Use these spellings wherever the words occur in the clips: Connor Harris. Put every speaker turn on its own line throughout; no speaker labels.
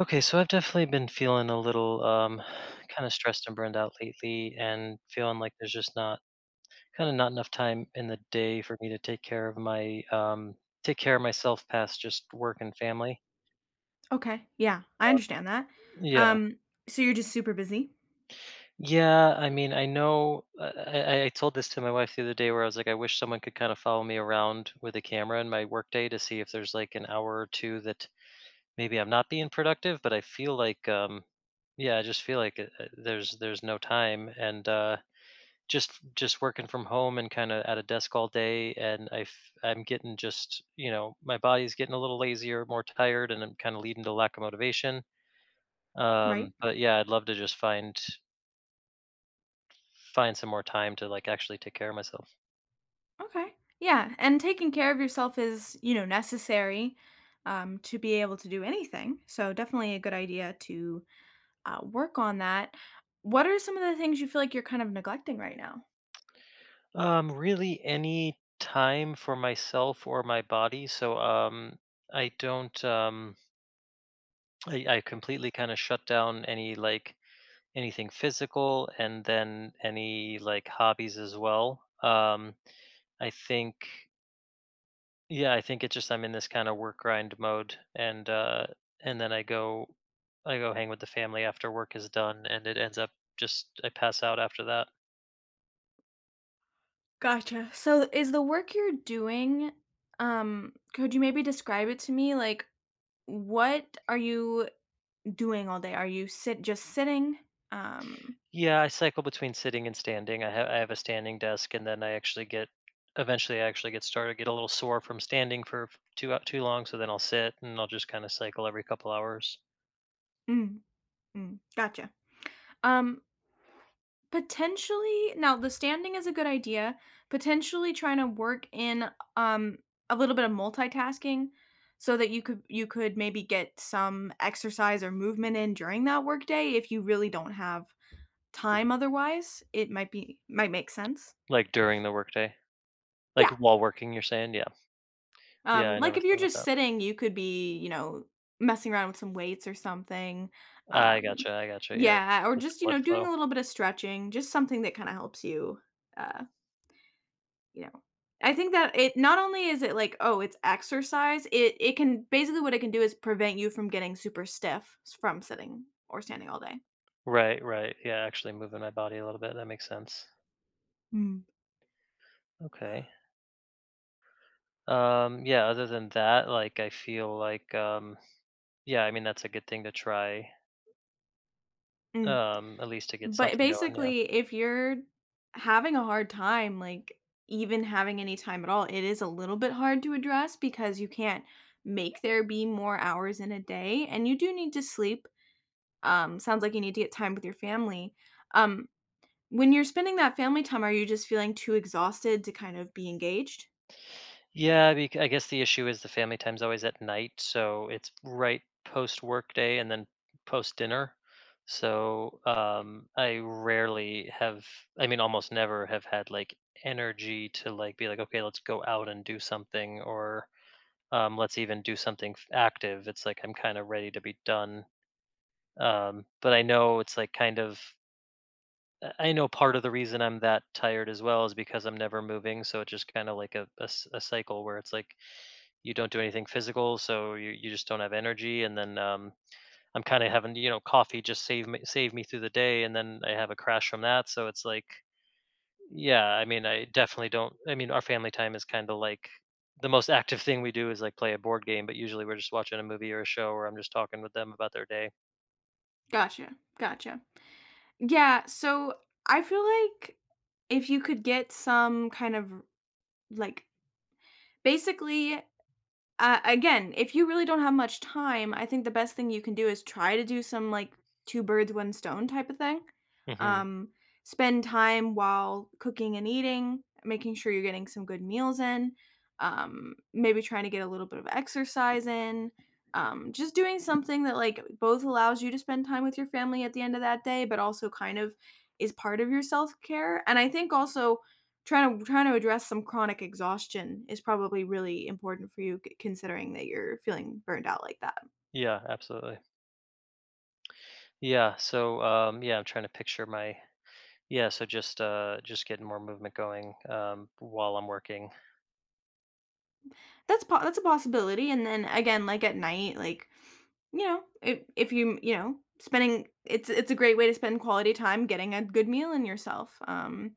Okay, so I've definitely been feeling a little kind of stressed and burned out lately, and feeling like there's just not not enough time in the day for me to take care of my take care of myself past just work and family.
Okay, yeah, I understand that.
Yeah,
Um, so you're just super busy,
yeah. I mean, I know. I told this to my wife the other day, where I was like, I wish someone could kind of follow me around with a camera in my workday to see if there's like an hour or two that maybe I'm not being productive, but I feel like, yeah, I just feel like there's no time and. Just working from home and kind of at a desk all day, and I am getting, just, you know, my body's getting a little lazier, more tired, and I'm kind of leading to lack of motivation.
right?
But yeah, I'd love to just find some more time to like actually take care of myself.
Okay. Yeah, and taking care of yourself is, you know, necessary to be able to do anything. So definitely a good idea to work on that. What are some of the things you feel like you're kind of neglecting right now?
Really any time for myself or my body. I don't I completely kind of shut down any like anything physical, and then any like hobbies as well. I think Yeah, I think it's just I'm in this kind of work grind mode. And uh and then I go hang with the family after work is done, and it ends up, just, I pass out after that.
Gotcha. So is the work you're doing, could you maybe describe it to me? What are you doing all day? Are you sit just sitting? Um,
Yeah, I cycle between sitting and standing. I have a standing desk, and then I actually get eventually I actually get a little sore from standing for too long, so then I'll sit and I'll just kind of cycle every couple hours.
mm, gotcha. Um, potentially now the standing is a good idea. Potentially trying to work in um a little bit of multitasking so that you could maybe get some exercise or movement in during that workday if you really don't have time otherwise. It might make sense.
Like during the workday. Like
Yeah.
while working, you're saying? Yeah. Yeah,
Um,
I
like
never
if
thought
you're
about
just
that.
sitting, you could be, you know, messing around with some weights or something.
I
Um,
gotcha. I gotcha. Yeah.
yeah,
Just
or
get the
just, you
blood
know, doing
flow.
a little bit of stretching, just something that kind of helps uh you know, I think that it not only is it like, oh, it's exercise, it can basically what it can do is prevent you from getting super stiff s from sitting or standing all day.
Right, right. Yeah, actually moving my body a little bit. That makes sense.
Mm.
Okay. Yeah, other than that, like I feel like yeah, I mean that's a good thing to try.
Mm.
At least to get
But
something going, yeah.
basically, if you're having a hard time, like, even having any time at all, it is a little bit hard to address because you can't make there be more hours in a day, and you do need to sleep. Sounds like you need to get time with your family. Um When you're spending that family time, are you just feeling too exhausted to kind of be engaged?
Yeah, I guess the issue is the family time's always at night, so it's right post work day and then post dinner. So, um, I rarely have I mean almost never have had like energy to like be like, okay, let's go out and do something, or let's even do something active. It's like I'm kind of ready to be done. But I know it's like, kind of, I know part of the reason I'm that tired as well is because I'm never moving. So it's just kind of like a cycle where it's like you don't do anything physical. So you just don't have energy. And then I'm kind of having, you know, coffee just save me through the day. And then I have a crash from that. So it's like, yeah, I mean, I definitely don't I mean, our family time is kinda like the most active thing we do is, like, play a board game, but usually we're just watching a movie or a show, or I'm just talking with them about their day.
Gotcha, gotcha. Yeah, so I feel like if you could get some kind of like basically, again, if you really don't have much time, I think the best thing you can do is try to do some like two birds, one stone type of thing.
Mhm.
Um, spend time while cooking and eating, making sure you're getting some good meals in, maybe trying to get a little bit of exercise in, just doing something that like both allows you to spend time with your family at the end of that day, but also kind of is part of your self care. And I think also trying to address some chronic exhaustion is probably really important for you c considering that you're feeling burned out like that.
Yeah, absolutely. Yeah, so, yeah, I'm trying to picture my yeah, so just getting more movement going, while I'm working.
That's a possibility, and then again, like, at night, like, you know, if you you know, spending it's a great way to spend quality time getting a good meal in yourself, um,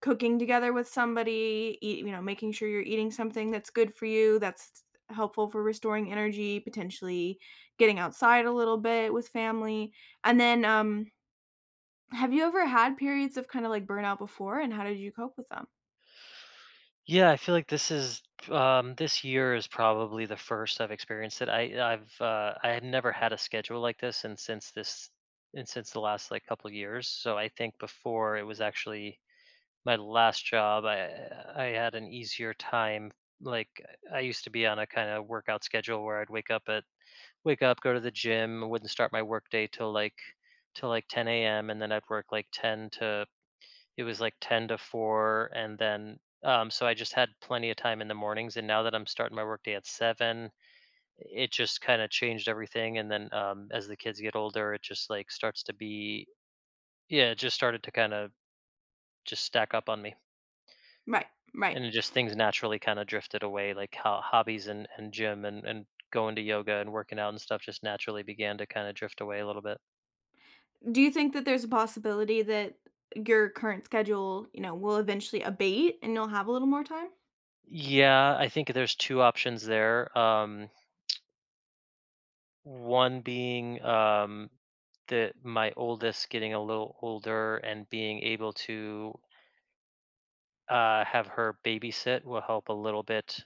cooking together with somebody, making sure you're eating something that's good for you, that's helpful for restoring energy, potentially getting outside a little bit with family. And then, have you ever had periods of kind of like burnout before, and how did you cope with them?
Yeah, I feel like this year is probably the first I've experienced it. I've I had never had a schedule like this, and since the last like couple years, so I think before it was actually my last job. I had an easier time. Like I used to be on a kind of workout schedule where I'd wake up at wake up, go to the gym, wouldn't start my work day till till like 10 a.m., and then I'd work like 10 to it was like 10 to 4. And then so I just had plenty of time in the mornings, and now that I'm starting my workday at 7, it just kind of changed everything. And then as the kids get older, it just like starts to be yeah, it just started to kind of just stack up on me.
Right, right.
And it just, things naturally kind of drifted away, like how hobbies and gym and going to yoga and working out and stuff just naturally began to kind of drift away a little bit.
Do you think that there's a possibility that your current schedule, you know, will eventually abate and you'll have a little more time?
Yeah, I think there's two options there. Um, one being that my oldest getting a little older and being able to have her babysit will help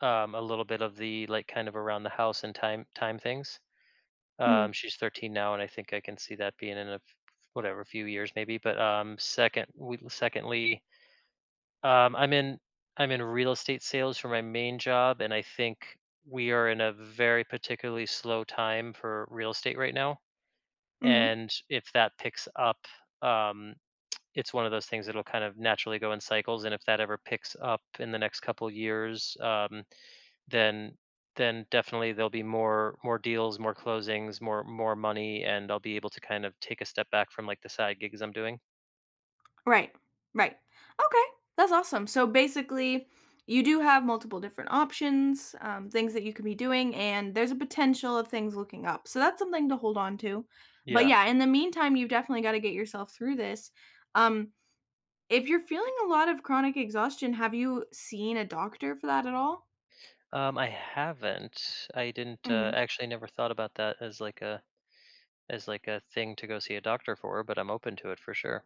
a little bit of the like kind of around the house and time things.
Mm,
She's 13 now, and I think I can see that being in a whatever, few years maybe. But secondly, um, I'm in I'm in real estate sales for my main job, and I think we are in a very particularly slow time for real estate right now,
mhm.
and if that picks up, um, it's one of those things that'll kind of naturally go in cycles. And if that ever picks up in the next couple years, then then definitely there'll be more deals, more closings, more money, and I'll be able to kind of take a step back from like the side gigs I'm doing.
Right. Right. Okay. That's awesome. So basically, you do have multiple different options, things that you could be doing, and there's a potential of things looking up. So that's something to hold on to. But
Yeah.
yeah, in the meantime, you've definitely got to get yourself through this. Um, if you're feeling a lot of chronic exhaustion, have you seen a doctor for that at all?
I haven't. I didn't
Mhm.
actually never thought about that as like a thing to go see a doctor for, but I'm open to it for sure.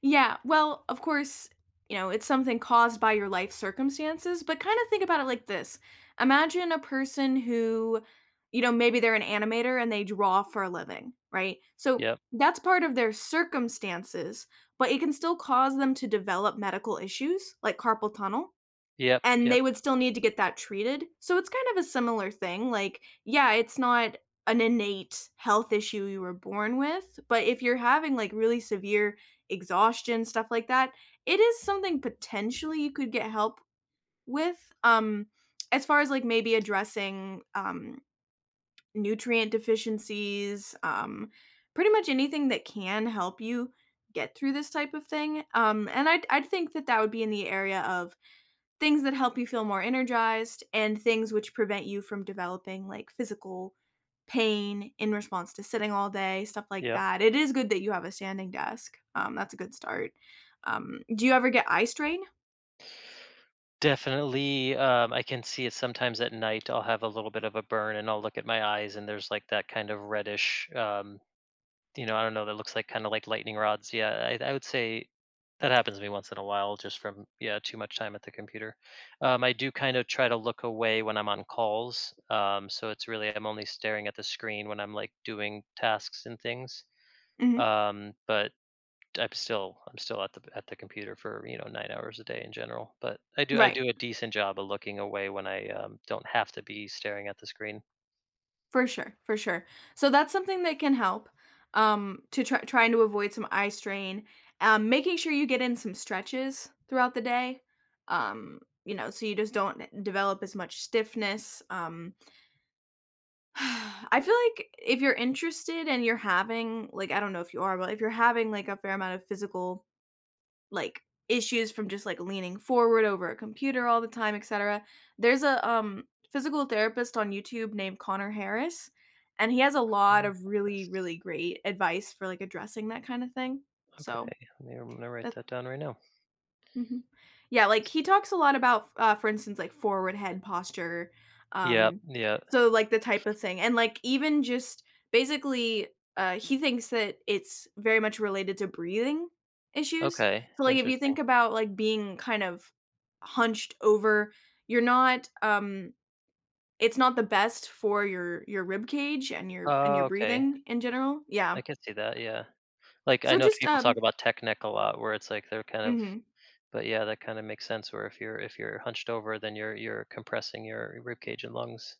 Yeah, well, of course, you know, it's something caused by your life circumstances, but kind of think about it like this. Imagine a person who, you know, maybe they're an animator and they draw for a living, right? So
Yep.
that's part of their circumstances, but it can still cause them to develop medical issues like carpal tunnel,
Yep.
and
Yep.
they would still need to get that treated. So it's kind of a similar thing. Like, yeah, it's not an innate health issue you were born with, but if you're having like really severe exhaustion, stuff like that, it is something potentially you could get help with. As far as like maybe addressing nutrient deficiencies, pretty much anything that can help you get through this type of thing. And I'd think that that would be in the area of things that help you feel more energized and things which prevent you from developing like physical pain in response to sitting all day, stuff like
Yep.
that. It is good that you have a standing desk. That's a good start. Do you ever get eye strain?
Definitely, I can see it sometimes at night, I'll have a little bit of a burn, and I'll look at my eyes and there's like that kind of reddish, you know, I don't know, that looks like kind of like lightning rods. Yeah, I would say that happens to me once in a while just from, yeah, too much time at the computer. I do kind of try to look away when I'm on calls. So it's really, I'm only staring at the screen when I'm like doing tasks and things.
Mhm.
But I'm still at the computer for, you know, 9 hours a day in general, but I
Right.
do a decent job of looking away when I, don't have to be staring at the screen.
For sure, for sure. So that's something that can help to try trying to avoid some eye strain. Making sure you get in some stretches throughout the day, um, you know, so you just don't develop as much stiffness. I feel like if you're interested and you're having, like, I don't know if you are, but if you're having like a fair amount of physical like issues from just like leaning forward over a computer all the time, etc. There's a um, physical therapist on YouTube named Connor Harris, and he has a lot
Mm.
of really,
Yes.
really great advice for like addressing that kind of thing.
Okay,
So
let me I'm gonna write
that's
that down right now.
Mhm. Yeah, like, he talks a lot about, for instance, like, forward head posture,
Yeah,
um,
yeah.
so, like, the type of thing, and, like, even just basically, he thinks that it's very much related to breathing issues,
Okay,
so, like, if you
interesting.
think about, like, being kind of hunched over, you're not. It's not the best for your rib cage and your
Oh, okay.
breathing in general,
I
yeah.
can see that, yeah. Like, I
So
know
just,
people talk about tech neck a lot, where it's like they're kind of,
Mhm.
but yeah, that kinda makes sense, where if you're hunched over, then you're compressing your rib cage and lungs.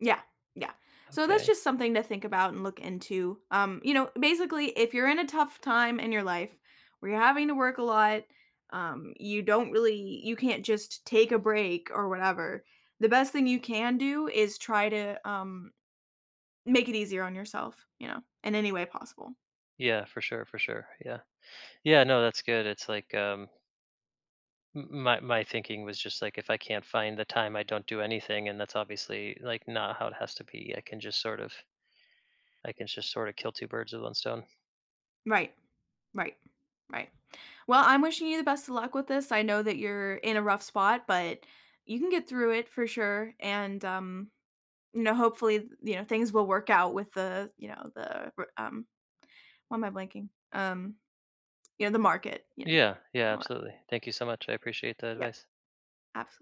Yeah, yeah. So that's
Okay.
just something to think about and look into. You know, basically, if you're in a tough time in your life where you're having to work a lot, you don't really, you can't just take a break or whatever. The best thing you can do is try to make it easier on yourself, you know, in any way possible.
Yeah, for sure, for sure. Yeah. Yeah, no, that's good. It's like um, my thinking was just like if I can't find the time, I don't do anything, and that's obviously like not how it has to be. I can just sort of kill two birds with one stone.
Right, right, right. Well, I'm wishing you the best of luck with this. I know that you're in a rough spot, but you can get through it for sure. And you know, hopefully, you know, things will work out with the, you know, the um, why am I blanking? You know, the market, you know,
Yeah,
and
yeah,
all that.
absolutely. Thank you so much. I appreciate the
Yep.
advice.
Absolutely.